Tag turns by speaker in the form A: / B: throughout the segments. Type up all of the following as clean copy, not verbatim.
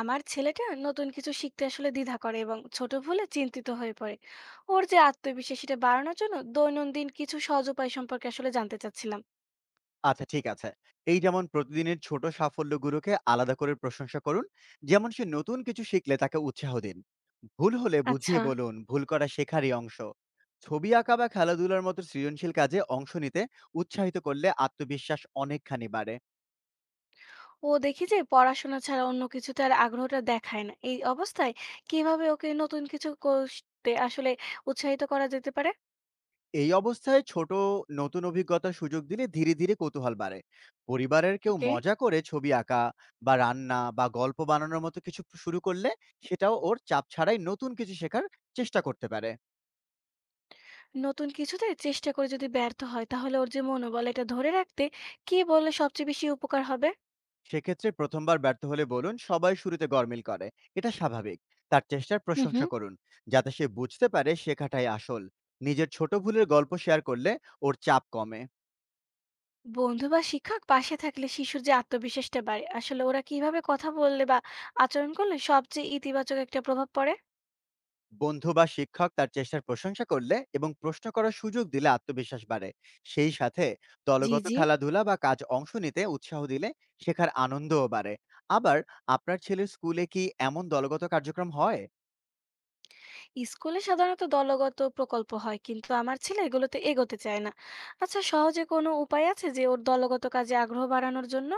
A: আমার ছেলেটা নতুন কিছু শিখতে আসলে দ্বিধা করে এবং ছোট ভুলে চিন্তিত হয়ে পড়ে। ওর যে আত্মবিশ্বাস সেটা বাড়ানোর জন্য দৈনন্দিন কিছু সহজ উপায় সম্পর্কে আসলে জানতে চাচ্ছিলাম।
B: আচ্ছা ঠিক আছে। এই যেমন প্রতিদিনের ছোট সাফল্যগুলোকে আলাদা করে প্রশংসা করুন। যেমন সে নতুন কিছু শিখলে তাকে উৎসাহ দিন। ভুল হলে বুঝিয়ে
A: আচ্ছা।
B: বলুন, ভুল করা শেখারই অংশ। ছবি আঁকা বা খেলাধুলার মতো সৃজনশীল কাজে অংশ নিতে উৎসাহিত করলে আত্মবিশ্বাস অনেকখানি বাড়ে।
A: ও দেখি যে পড়াশোনা ছাড়া অন্য কিছুতে আর আগ্রহটা দেখায় না, এই অবস্থায় কিভাবে ওকে নতুন কিছু করতে আসলে উৎসাহিত করা যেতে পারে?
B: এই অবস্থায় ছোট নতুন অভিজ্ঞতার সুযোগ দিলে ধীরে, ধীরে কৌতূহল বাড়ে। পরিবারের কেউ
A: ওকে।
B: মজা করে ছবি আঁকা বা রান্না বা গল্প বানানোর মতো কিছু শুরু করলে সেটাও ওর চাপ ছাড়াই নতুন কিছু শেখার চেষ্টা করতে পারে।
A: নতুন কিছুতে চেষ্টা করে যদি ব্যর্থ হয় তাহলে ওর যে মনোবল এটা ধরে রাখতে কি বললে সবচেয়ে বেশি উপকার হবে?
B: সেক্ষেত্রে প্রথমবার ব্যর্থ হলে বলুন সবাই শুরুতে গরমিল করে, এটা স্বাভাবিক। তার চেষ্টার
A: হুম
B: প্রশংসা
A: হুম।
B: করুন যাতে সে বুঝতে পারে শেখাটাই আসল। নিজের ছোট ভুলের গল্প শেয়ার করলে ওর চাপ কমে।
A: বন্ধু বা শিক্ষক পাশে থাকলে শিশুর যে আত্মবিশ্বাসটা বাড়ে, আসলে ওরা কিভাবে কথা বললে বা আচরণ করলে সবচেয়ে ইতিবাচক একটা প্রভাব পড়ে?
B: বন্ধু বা শিক্ষক তার চেষ্টার প্রশংসা করলে এবং প্রশ্ন করার সুযোগ দিলে আত্মবিশ্বাস বাড়ে। সেই সাথে
A: জি
B: দলগত
A: জি।
B: খেলাধুলা বা কাজ অংশ নিতে উৎসাহ দিলে শেখার আনন্দও বাড়ে। আবার, আপনার ছেলের স্কুলে কি এমন দলগত কার্যক্রম হয়?
A: স্কুলে সাধারণত দলগত প্রকল্প হয় কিন্তু আমার ছেলে এগুলোতে এগোতে চায় না। আচ্ছা, সহজে কোনো উপায় আছে যে ওর দলগত কাজে আগ্রহ বাড়ানোর জন্য?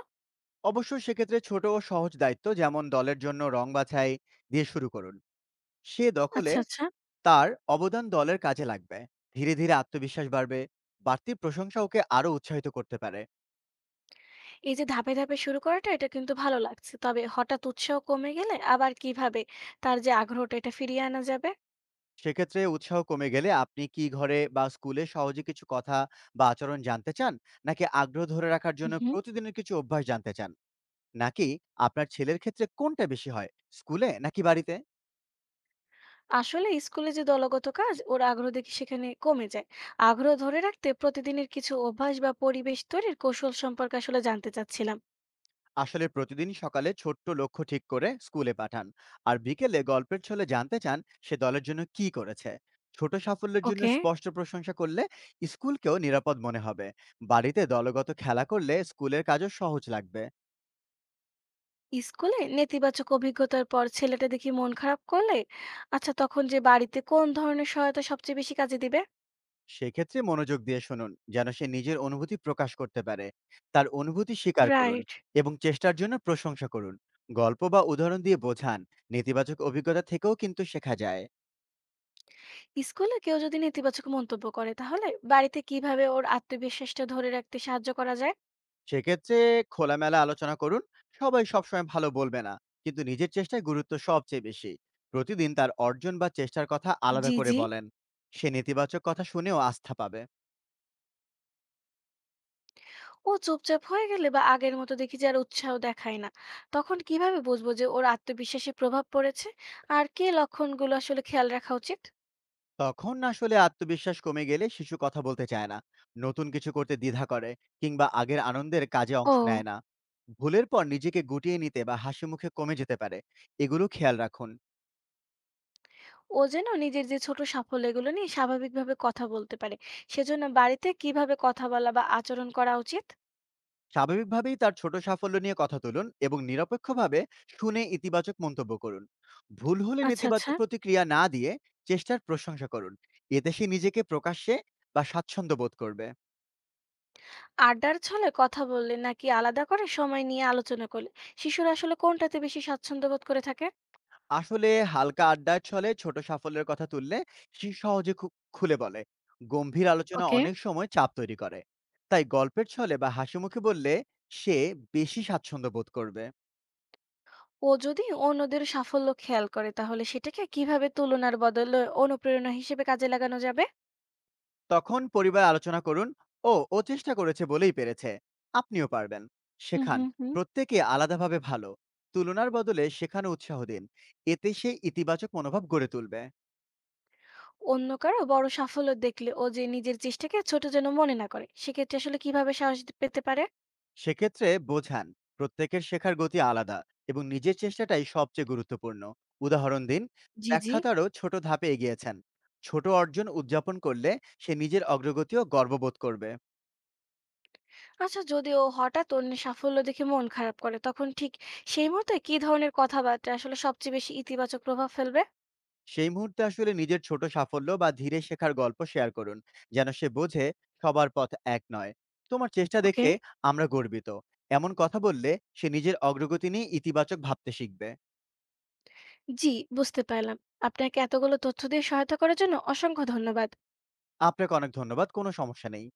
B: অবশ্য সেক্ষেত্রে ছোট ও সহজ দায়িত্ব যেমন দলের জন্য রং বাছাই দিয়ে শুরু করুন। সে দখলে
A: আচ্ছা আচ্ছা।
B: তার অবদান দলের কাজে লাগবে। ধীরে, ধীরে আত্মবিশ্বাস বাড়বে। বাড়তি প্রশংসা ওকে আরো উৎসাহিত করতে পারে।
A: এই যে ধাপে ধাপে শুরু করাটা, এটা কিন্তু ভালো লাগছে, তবে হঠাৎ উৎসাহ কমে গেলে আবার কিভাবে তার যে আগ্রহটা এটা ফিরিয়ে আনা যাবে?
B: সেক্ষেত্রে উৎসাহ কমে গেলে আপনি কি ঘরে বা স্কুলে সহজে কিছু কথা বা আচরণ জানতে চান? নাকি আগ্রহ ধরে রাখার জন্য প্রতিদিনের কিছু অভ্যাস জানতে চান? নাকি আপনার ছেলের ক্ষেত্রে কোনটা বেশি হয়, স্কুলে নাকি বাড়িতে?
A: আসলে স্কুলে যে দলগত কাজ, ওর আগ্রহ দেখি সেখানে কমে যায়। আগ্রহ ধরে রাখতে প্রতিদিনের কিছু অভ্যাস বা পরিবেশ তৈরির কৌশল সম্পর্কে আসলে জানতে চাচ্ছিলাম।
B: আসলে প্রতিদিন সকালে ছোট্ট লক্ষ্য ঠিক করে স্কুলে পাঠান, আর বিকেলে গল্পের ছলে জানতে চান সে দলের জন্য কি করেছে। ছোট সাফল্যের জন্য
A: ওকে।
B: স্পষ্ট প্রশংসা করলে স্কুলকেও নিরাপদ মনে হবে। বাড়িতে দলগত খেলা করলে স্কুলের কাজও সহজ লাগবে।
A: স্কুলে নেতিবাচক অভিজ্ঞতার পর ছেলেটা দেখি মন খারাপ করলে, আচ্ছা, তখন যে বাড়িতে কোন ধরনের সহায়তা সবচেয়ে বেশি কাজে দিবে?
B: সেক্ষেত্রে মনোযোগ দিয়ে শুনুন যেন সে নিজের অনুভূতি প্রকাশ করতে পারে। তার অনুভূতি স্বীকার করুন
A: রাইট।
B: এবং চেষ্টার জন্য প্রশংসা করুন। গল্প বা উদাহরণ দিয়ে বোঝান নেতিবাচক অভিজ্ঞতা থেকেও কিন্তু শেখা যায়।
A: স্কুলে কেউ যদি নেতিবাচক মন্তব্য করে তাহলে বাড়িতে কিভাবে ওর আত্মবিশ্বাসটা ধরে রাখতে সাহায্য করা যায়?
B: সেক্ষেত্রে খোলামেলা আলোচনা করুন। সবাই সবসময় ভালো বলবে না, কিন্তু নিজের চেষ্টায় গুরুত্ব সবচেয়ে বেশি। প্রতিদিন তার অর্জন বা চেষ্টার কথা আলাদা
A: জি
B: করে
A: জি।
B: বলেন, সে নেতিবাচক কথা শুনেও আস্থা পাবে।
A: ও চুপচাপ হয়ে গেলে বা আগের মতো দেখি যে আর উৎসাহ দেখায় না, তখন কিভাবে বুঝবো যে ওর আত্মবিশ্বাসে প্রভাব পড়েছে? আর কি লক্ষণগুলো আসলে খেয়াল রাখা উচিত?
B: তখন আসলে আত্মবিশ্বাস কমে গেলে শিশু কথা বলতে চায় না, নতুন কিছু করতে দ্বিধা করে, কিংবা আগের আনন্দের কাজে অংশ
A: ও।
B: নেয় না। ভুলের পর নিজেকে গুটিয়ে নিতে বা হাসি মুখে কমে যেতে পারে। এগুলো খেয়াল রাখুন।
A: ও যেন নিজের যে ছোট সাফল্য এগুলো নিয়ে স্বাভাবিকভাবে কথা বলতে পারে, সেজন্য বাড়িতে কিভাবে কথা বলা বা আচরণ করা উচিত?
B: স্বাভাবিকভাবেই তার ছোট সাফল্য নিয়ে কথা তুলুন এবং নিরপেক্ষভাবে শুনে ইতিবাচক মন্তব্য করুন। ভুল হলে
A: আচ্ছা আচ্ছা।
B: নেতিবাচক প্রতিক্রিয়া না দিয়ে চেষ্টার প্রশংসা করুন। এতে সে নিজেকে প্রকাশ্যে বা স্বাচ্ছন্দ্য বোধ করবে।
A: আড্ডার ছলে কথা বললে নাকি আলাদা করে সময় নিয়ে আলোচনা করলে শিশুরা আসলে কোনটাতে বেশি স্বাচ্ছন্দ্য বোধ করে থাকে?
B: আসলে হালকা আড্ডার ছলে ছোট সাফল্যের কথা তুললে সে সহজে খুলে বলে। গম্ভীর আলোচনা
A: ওকে।
B: অনেক সময় চাপ তৈরি করে। তাই গল্পের ছলে বা হাসিমুখে বললে সে বেশি স্বাচ্ছন্দ্য বোধ করবে।
A: ও যদি অন্যদের সাফল্য খেয়াল করে তাহলে সেটাকে কিভাবে তুলনার বদলে অনুপ্রেরণা হিসেবে কাজে লাগানো যাবে?
B: তখন পরিবার আলোচনা করুন, ও ও চেষ্টা করেছে বলেই পেরেছে, আপনিও পারবেন
A: হুম
B: শেখান।
A: হুম হুম।
B: প্রত্যেকে আলাদাভাবে ভালো, তুলনার বদলে শেখানো উৎসাহ দিন। এতে সে ইতিবাচক মনোভাব গড়ে তুলবে।
A: অন্য কারো বড় সাফল্য দেখলে ও যে নিজের চেষ্টাকে ছোট যেন মনে না করে, সেক্ষেত্রে আসলে কিভাবে সাহস দি- পেতে পারে?
B: সেক্ষেত্রে বোঝান প্রত্যেকের শেখার গতি আলাদা, এবং নিজের চেষ্টাটাই সবচেয়ে গুরুত্বপূর্ণ। উদাহরণ দিন
A: জি জি।
B: ব্যাখ্যাতারও ছোট ধাপে এগিয়েছেন। ছোট অর্জন উদযাপন করলে সে নিজের অগ্রগতিও গর্ববোধ করবে।
A: আচ্ছা, যদি ও হঠাৎ অন্যের সাফল্য দেখে মন খারাপ করে, তখন ঠিক সেই মুহূর্তে কি ধরনের কথাবার্তা আসলে সবচেয়ে বেশি ইতিবাচক প্রভাব ফেলবে?
B: সেই মুহূর্তে আসলে নিজের ছোট সাফল্য বা ধীরে শেখার গল্প শেয়ার করুন, যেন সে বোঝে সবার পথ এক নয়। তোমার চেষ্টা
A: ওকে।
B: দেখে আমরা গর্বিত, এমন কথা বললে সে নিজের অগ্রগতি নিয়ে ইতিবাচক ভাবতে শিখবে।
A: জি, বুঝতে পারলাম। আপনাকে এতগুলো তথ্য দিয়ে সহায়তা করার জন্য অসংখ্য ধন্যবাদ।
B: আপনাকে অনেক ধন্যবাদ, কোনো সমস্যা নেই।